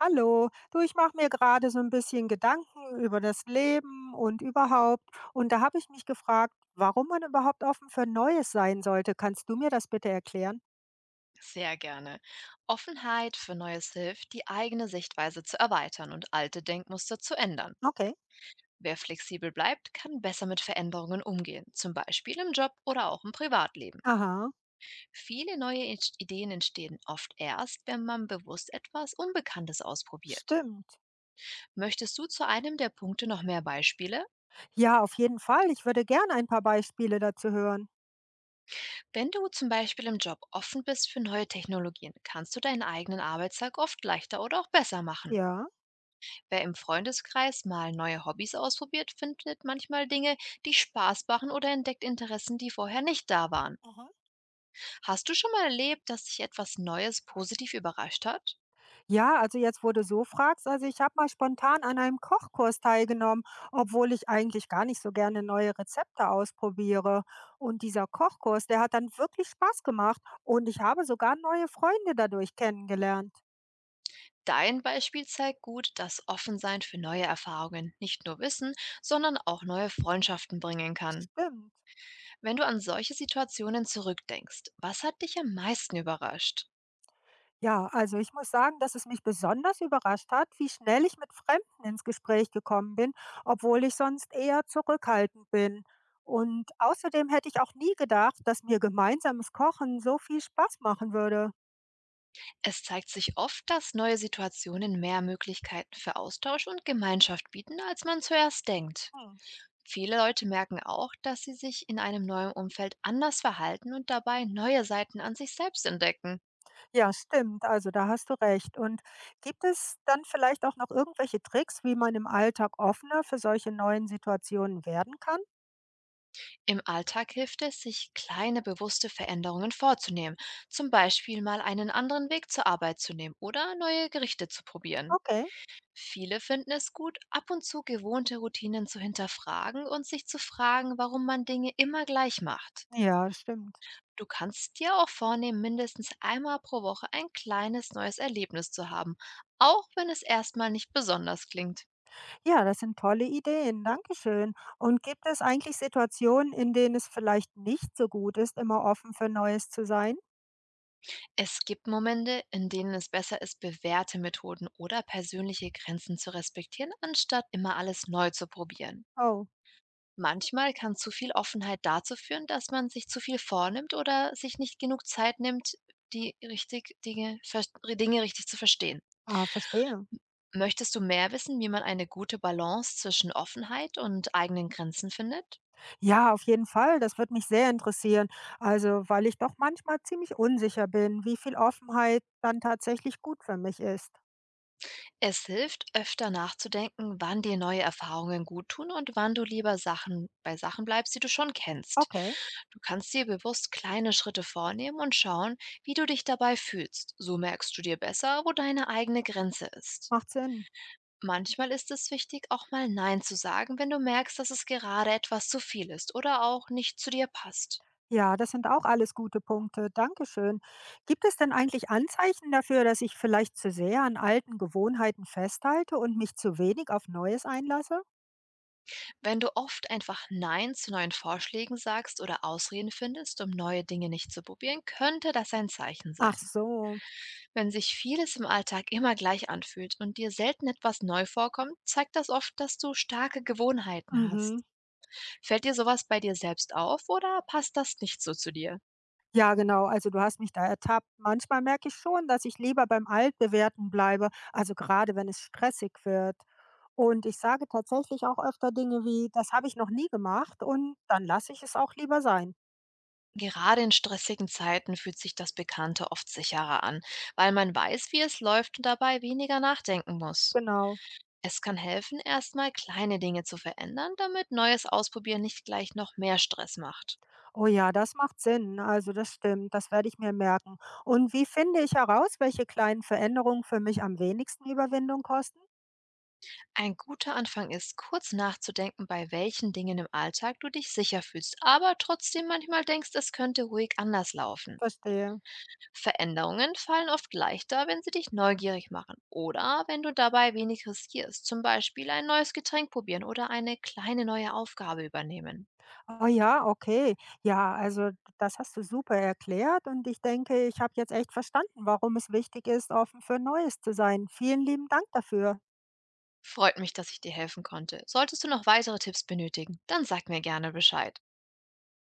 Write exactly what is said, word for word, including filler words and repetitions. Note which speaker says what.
Speaker 1: Hallo, du, ich mache mir gerade so ein bisschen Gedanken über das Leben und überhaupt. Und da habe ich mich gefragt, warum man überhaupt offen für Neues sein sollte. Kannst du mir das bitte erklären?
Speaker 2: Sehr gerne. Offenheit für Neues hilft, die eigene Sichtweise zu erweitern und alte Denkmuster zu ändern.
Speaker 1: Okay.
Speaker 2: Wer flexibel bleibt, kann besser mit Veränderungen umgehen, zum Beispiel im Job oder auch im Privatleben.
Speaker 1: Aha,
Speaker 2: Viele neue Ins- Ideen entstehen oft erst, wenn man bewusst etwas Unbekanntes ausprobiert.
Speaker 1: stimmt.
Speaker 2: Möchtest du zu einem der Punkte noch mehr Beispiele?
Speaker 1: Ja, auf jeden Fall. Ich würde gerne ein paar Beispiele dazu hören.
Speaker 2: Wenn du zum Beispiel im Job offen bist für neue Technologien, kannst du deinen eigenen Arbeitstag oft leichter oder auch besser machen.
Speaker 1: Ja.
Speaker 2: Wer im Freundeskreis mal neue Hobbys ausprobiert, findet manchmal Dinge, die Spaß machen oder entdeckt Interessen, die vorher nicht da waren.
Speaker 1: Mhm.
Speaker 2: Hast du schon mal erlebt, dass dich etwas Neues positiv überrascht hat?
Speaker 1: Ja, also jetzt, wo du so fragst, also ich habe mal spontan an einem Kochkurs teilgenommen, obwohl ich eigentlich gar nicht so gerne neue Rezepte ausprobiere. Und dieser Kochkurs, der hat dann wirklich Spaß gemacht und ich habe sogar neue Freunde dadurch kennengelernt.
Speaker 2: Dein Beispiel zeigt gut, dass Offensein für neue Erfahrungen nicht nur Wissen, sondern auch neue Freundschaften bringen kann.
Speaker 1: Stimmt.
Speaker 2: Wenn du an solche Situationen zurückdenkst, was hat dich am meisten überrascht?
Speaker 1: Ja, also ich muss sagen, dass es mich besonders überrascht hat, wie schnell ich mit Fremden ins Gespräch gekommen bin, obwohl ich sonst eher zurückhaltend bin. Und außerdem hätte ich auch nie gedacht, dass mir gemeinsames Kochen so viel Spaß machen würde.
Speaker 2: Es zeigt sich oft, dass neue Situationen mehr Möglichkeiten für Austausch und Gemeinschaft bieten, als man zuerst denkt.
Speaker 1: Hm.
Speaker 2: Viele Leute merken auch, dass sie sich in einem neuen Umfeld anders verhalten und dabei neue Seiten an sich selbst entdecken.
Speaker 1: Ja, stimmt. Also da hast du recht. Und gibt es dann vielleicht auch noch irgendwelche Tricks, wie man im Alltag offener für solche neuen Situationen werden kann?
Speaker 2: Im Alltag hilft es, sich kleine bewusste Veränderungen vorzunehmen, zum Beispiel mal einen anderen Weg zur Arbeit zu nehmen oder neue Gerichte zu probieren.
Speaker 1: Okay.
Speaker 2: Viele finden es gut, ab und zu gewohnte Routinen zu hinterfragen und sich zu fragen, warum man Dinge immer gleich macht.
Speaker 1: Ja, stimmt.
Speaker 2: Du kannst dir auch vornehmen, mindestens einmal pro Woche ein kleines neues Erlebnis zu haben, auch wenn es erstmal nicht besonders klingt.
Speaker 1: Ja, das sind tolle Ideen. Dankeschön. Und gibt es eigentlich Situationen, in denen es vielleicht nicht so gut ist, immer offen für Neues zu sein?
Speaker 2: Es gibt Momente, in denen es besser ist, bewährte Methoden oder persönliche Grenzen zu respektieren, anstatt immer alles neu zu probieren.
Speaker 1: Oh.
Speaker 2: Manchmal kann zu viel Offenheit dazu führen, dass man sich zu viel vornimmt oder sich nicht genug Zeit nimmt, die richtig Dinge, Dinge richtig zu verstehen.
Speaker 1: Ah, verstehe.
Speaker 2: Möchtest du mehr wissen, wie man eine gute Balance zwischen Offenheit und eigenen Grenzen findet?
Speaker 1: Ja, auf jeden Fall. Das wird mich sehr interessieren. Also, weil ich doch manchmal ziemlich unsicher bin, wie viel Offenheit dann tatsächlich gut für mich ist.
Speaker 2: Es hilft, öfter nachzudenken, wann dir neue Erfahrungen gut tun und wann du lieber Sachen bei Sachen bleibst, die du schon kennst.
Speaker 1: Okay,
Speaker 2: Du kannst dir bewusst kleine Schritte vornehmen und schauen, wie du dich dabei fühlst. So merkst du dir besser, wo deine eigene Grenze ist.
Speaker 1: macht Sinn.
Speaker 2: Manchmal ist es wichtig, auch mal Nein zu sagen, wenn du merkst, dass es gerade etwas zu viel ist oder auch nicht zu dir passt.
Speaker 1: Ja, das sind auch alles gute Punkte. Dankeschön. Gibt es denn eigentlich Anzeichen dafür, dass ich vielleicht zu sehr an alten Gewohnheiten festhalte und mich zu wenig auf Neues einlasse?
Speaker 2: Wenn du oft einfach Nein zu neuen Vorschlägen sagst oder Ausreden findest, um neue Dinge nicht zu probieren, könnte das ein Zeichen sein.
Speaker 1: Ach so.
Speaker 2: Wenn sich vieles im Alltag immer gleich anfühlt und dir selten etwas neu vorkommt, zeigt das oft, dass du starke Gewohnheiten
Speaker 1: Mhm.
Speaker 2: hast. Fällt dir sowas bei dir selbst auf oder passt das nicht so zu dir?
Speaker 1: Ja, genau. Also du hast mich da ertappt. Manchmal merke ich schon, dass ich lieber beim Altbewährten bleibe, also gerade wenn es stressig wird. Und ich sage tatsächlich auch öfter Dinge wie, das habe ich noch nie gemacht, und dann lasse ich es auch lieber sein.
Speaker 2: Gerade in stressigen Zeiten fühlt sich das Bekannte oft sicherer an, weil man weiß, wie es läuft und dabei weniger nachdenken muss.
Speaker 1: Genau.
Speaker 2: Es kann helfen, erstmal kleine Dinge zu verändern, damit neues Ausprobieren nicht gleich noch mehr Stress macht.
Speaker 1: Oh ja, das macht Sinn. Also das stimmt, das werde ich mir merken. Und wie finde ich heraus, welche kleinen Veränderungen für mich am wenigsten Überwindung kosten?
Speaker 2: Ein guter Anfang ist, kurz nachzudenken, bei welchen Dingen im Alltag du dich sicher fühlst, aber trotzdem manchmal denkst, es könnte ruhig anders laufen.
Speaker 1: Verstehe.
Speaker 2: Veränderungen fallen oft leichter, wenn sie dich neugierig machen oder wenn du dabei wenig riskierst, zum Beispiel ein neues Getränk probieren oder eine kleine neue Aufgabe übernehmen.
Speaker 1: Oh ja, okay. Ja, also das hast du super erklärt und ich denke, ich habe jetzt echt verstanden, warum es wichtig ist, offen für Neues zu sein. Vielen lieben Dank dafür.
Speaker 2: Freut mich, dass ich dir helfen konnte. Solltest du noch weitere Tipps benötigen, dann sag mir gerne Bescheid.